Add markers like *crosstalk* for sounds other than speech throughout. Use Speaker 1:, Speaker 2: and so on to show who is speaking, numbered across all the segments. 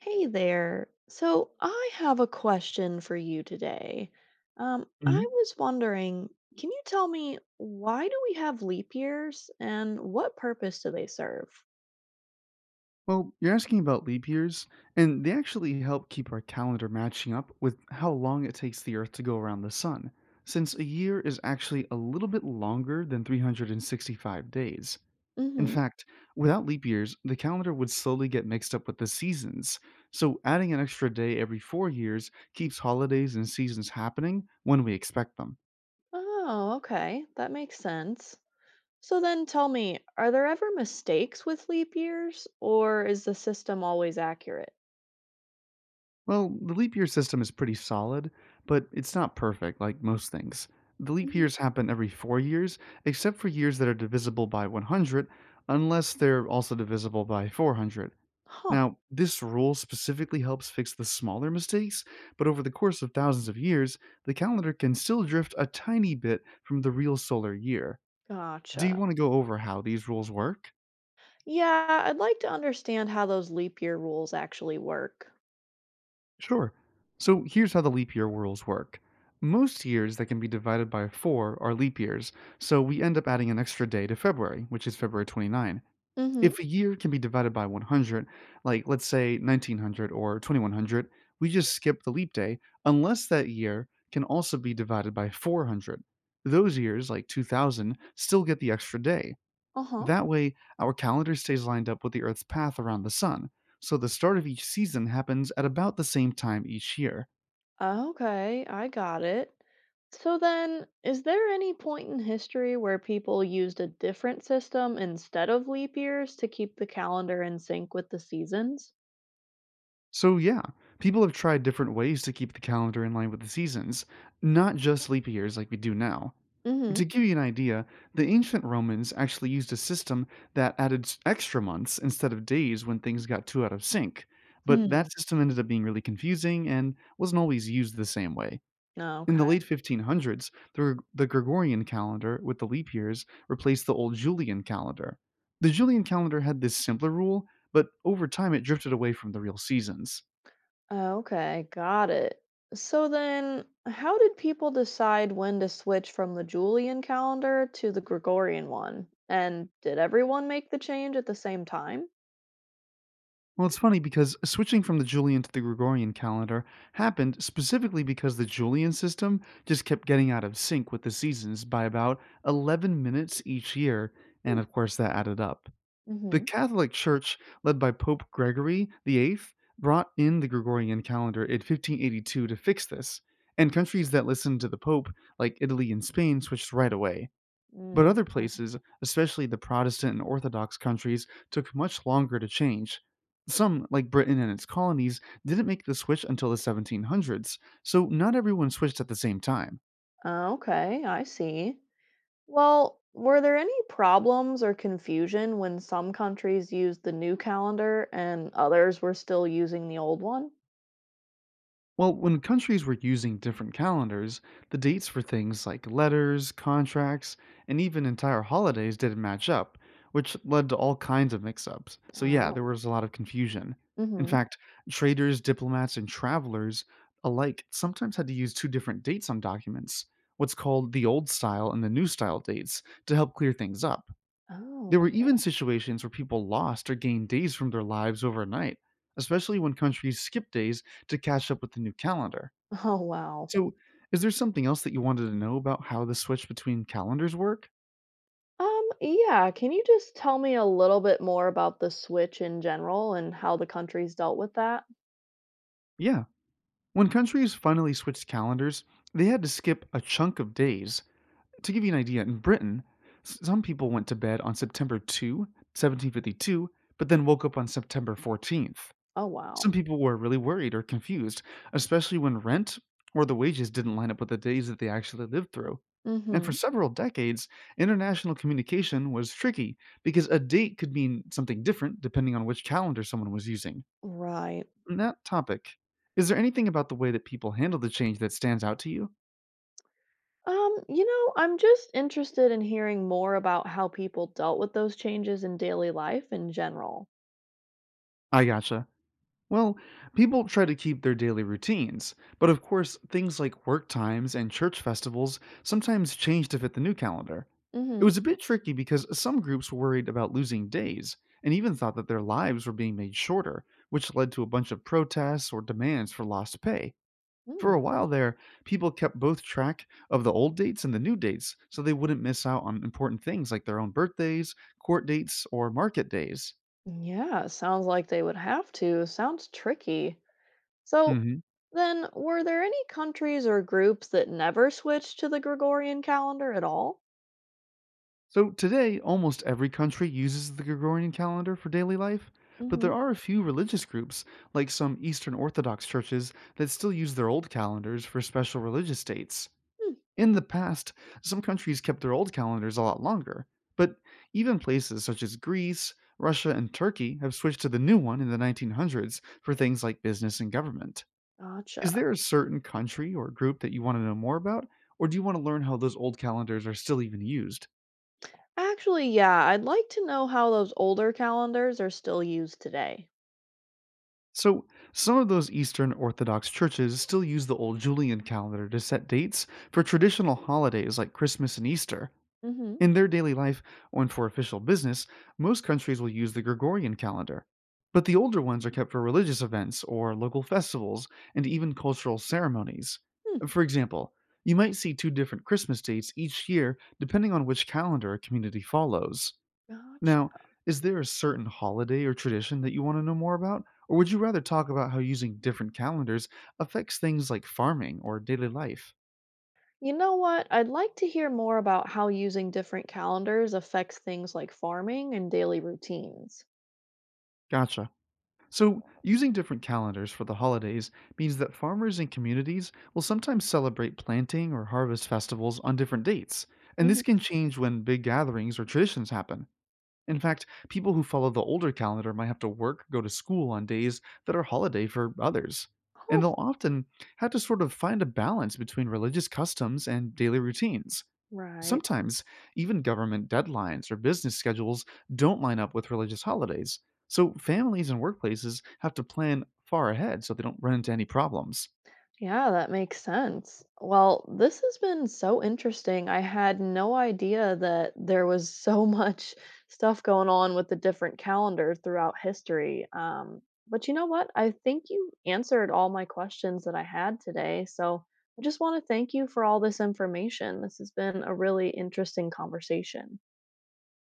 Speaker 1: Hey there. So I have a question for you today.
Speaker 2: Mhm.
Speaker 1: I was wondering, can you tell me why do we have leap years and what purpose do they serve?
Speaker 2: Well, you're asking about leap years, and they actually help keep our calendar matching up with how long it takes the Earth to go around the Sun, since a year is actually a little bit longer than 365 days. In
Speaker 1: Hmm.
Speaker 2: fact, without leap years, the calendar would slowly get mixed up with the seasons, so adding an extra day every 4 years keeps holidays and seasons happening when we expect them.
Speaker 1: Oh, okay. That makes sense. So then tell me, are there ever mistakes with leap years or is the system always accurate?
Speaker 2: Well, the leap year system is pretty solid, but it's not perfect like most things. The leap
Speaker 1: Hmm.
Speaker 2: years happen every 4 years, except for years that are divisible by 100, unless they're also divisible by 400.
Speaker 1: Huh.
Speaker 2: Now, this rule specifically helps fix the smaller mistakes, but over the course of thousands of years, the calendar can still drift a tiny bit from the real solar year. Do
Speaker 1: Gotcha.
Speaker 2: you want to go over how these rules work?
Speaker 1: Yeah, I'd like to understand how those leap year rules actually work.
Speaker 2: Sure. So here's how the leap year rules work. Most years that can be divided by 4 are leap years, so we end up adding an extra day to February, which is February 29.
Speaker 1: Mm-hmm.
Speaker 2: If a year can be divided by 100, like let's say 1900 or 2100, we just skip the leap day unless that year can also be divided by 400. Those years, like 2000, still get the extra day.
Speaker 1: Uh-huh.
Speaker 2: That way, our calendar stays lined up with the Earth's path around the sun, so the start of each season happens at about the same time each year.
Speaker 1: Okay, I got it. So then, is there any point in history where people used a different system instead of leap years to keep the calendar in sync with the seasons?
Speaker 2: So, yeah, people have tried different ways to keep the calendar in line with the seasons, not just leap years like we do now.
Speaker 1: Hmm.
Speaker 2: To give you an idea, the ancient Romans actually used a system that added extra months instead of days when things got too out of sync, but
Speaker 1: Hmm.
Speaker 2: that system ended up being really confusing and wasn't always used the same way. In the
Speaker 1: Okay.
Speaker 2: late 1500s, the Gregorian calendar with the leap years replaced the old Julian calendar. The Julian calendar had this simpler rule, but over time it drifted away from the real seasons.
Speaker 1: Okay, got it. So then, how did people decide when to switch from the Julian calendar to the Gregorian one? And did everyone make the change at the same time?
Speaker 2: Well, it's funny because switching from the Julian to the Gregorian calendar happened specifically because the Julian system just kept getting out of sync with the seasons by about 11 minutes each year, and of course that added up. The
Speaker 1: Mm-hmm.
Speaker 2: Catholic Church, led by Pope Gregory VIII, brought in the Gregorian calendar in 1582 to fix this, and countries that listened to the Pope, like Italy and Spain, switched right away. But
Speaker 1: Mm-hmm.
Speaker 2: other places, especially the Protestant and Orthodox countries, took much longer to change. Some, like Britain and its colonies, didn't make the switch until the 1700s, so not everyone switched at the same time.
Speaker 1: Okay, I see. Well, were there any problems or confusion when some countries used the new calendar and others were still using the old one?
Speaker 2: Well, when countries were using different calendars, the dates for things like letters, contracts, and even entire holidays didn't match up, which led to all kinds of mix ups. So, yeah,
Speaker 1: Wow.
Speaker 2: there was a lot of confusion. In
Speaker 1: Mm-hmm.
Speaker 2: fact, traders, diplomats, and travelers alike sometimes had to use two different dates on documents, what's called the old style and the new style dates, to help clear things up.
Speaker 1: Oh,
Speaker 2: There were
Speaker 1: cool.
Speaker 2: even
Speaker 1: *laughs*
Speaker 2: situations where people lost or gained days from their lives overnight, especially when countries skip days to catch up with the new calendar.
Speaker 1: Oh, wow.
Speaker 2: So, is there something else that you wanted to know about how the switch between calendars work?
Speaker 1: Yeah, can you just tell me a little bit more about the switch in general and how the countries dealt with that?
Speaker 2: Yeah. When countries finally switched calendars, they had to skip a chunk of days. To give you an idea, in Britain, some people went to bed on September 2, 1752, but then woke up on September 14th.
Speaker 1: Oh,
Speaker 2: Some
Speaker 1: wow.
Speaker 2: people were really worried or confused, especially when rent or the wages didn't line up with the days that they actually lived through. And for
Speaker 1: Mm-hmm.
Speaker 2: several decades, international communication was tricky because a date could mean something different depending on which calendar someone was using.
Speaker 1: Right.
Speaker 2: On that topic, is there anything about the way that people handle the change that stands out to you?
Speaker 1: I'm just interested in hearing more about how people dealt with those changes in daily life in general.
Speaker 2: I gotcha. Well, people try to keep their daily routines, but of course, things like work times and church festivals sometimes change to fit the new calendar. It
Speaker 1: Mm-hmm.
Speaker 2: was a bit tricky because some groups were worried about losing days and even thought that their lives were being made shorter, which led to a bunch of protests or demands for lost pay. For a while there, people kept both track of the old dates and the new dates so they wouldn't miss out on important things like their own birthdays, court dates, or market days.
Speaker 1: Yeah, sounds like they would have to. Sounds tricky. So,
Speaker 2: hmm
Speaker 1: then, were there any countries or groups that never switched to the Gregorian calendar at all?
Speaker 2: So today, almost every country uses the Gregorian calendar for daily life, but
Speaker 1: Hmm.
Speaker 2: there are a few religious groups, like some Eastern Orthodox churches, that still use their old calendars for special religious dates.
Speaker 1: Hmm,
Speaker 2: In the past, some countries kept their old calendars a lot longer, but even places such as Greece, Russia, and Turkey have switched to the new one in the 1900s for things like business and government.
Speaker 1: gotcha.
Speaker 2: Is there a certain country or group that you want to know more about, or do you want to learn how those old calendars are still even used?
Speaker 1: Actually, yeah, I'd like to know how those older calendars are still used today.
Speaker 2: So, some of those Eastern Orthodox churches still use the old Julian calendar to set dates for traditional holidays like Christmas and Easter.
Speaker 1: Hmm.
Speaker 2: In their daily life and for official business, most countries will use the Gregorian calendar. But the older ones are kept for religious events or local festivals and even cultural ceremonies.
Speaker 1: Hmm,
Speaker 2: For example, you might see two different Christmas dates each year depending on which calendar a community follows. Now,
Speaker 1: gotcha.
Speaker 2: is there a certain holiday or tradition that you want to know more about? Or would you rather talk about how using different calendars affects things like farming or daily life?
Speaker 1: You know what? I'd like to hear more about how using different calendars affects things like farming and daily routines.
Speaker 2: Gotcha. So, using different calendars for the holidays means that farmers and communities will sometimes celebrate planting or harvest festivals on different dates, and
Speaker 1: Hmm.
Speaker 2: this can change when big gatherings or traditions happen. In fact, people who follow the older calendar might have to work, go to school on days that are holiday for others. And
Speaker 1: Huh,
Speaker 2: they'll often have to sort of find a balance between religious customs and daily routines.
Speaker 1: right.
Speaker 2: Sometimes, even government deadlines or business schedules don't line up with religious holidays. So, families and workplaces have to plan far ahead so they don't run into any problems.
Speaker 1: Yeah, that makes sense. Well, this has been so interesting. I had no idea that there was so *laughs* much stuff going on with the different calendars throughout history. But you know what? I think you answered all my questions that I had today. So I just want to thank you for all this information. This has been a really interesting conversation.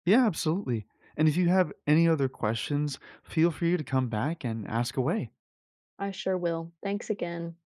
Speaker 2: Yeah, absolutely. And if you have any other questions, feel free to come back and ask away.
Speaker 1: I sure will. Thanks again.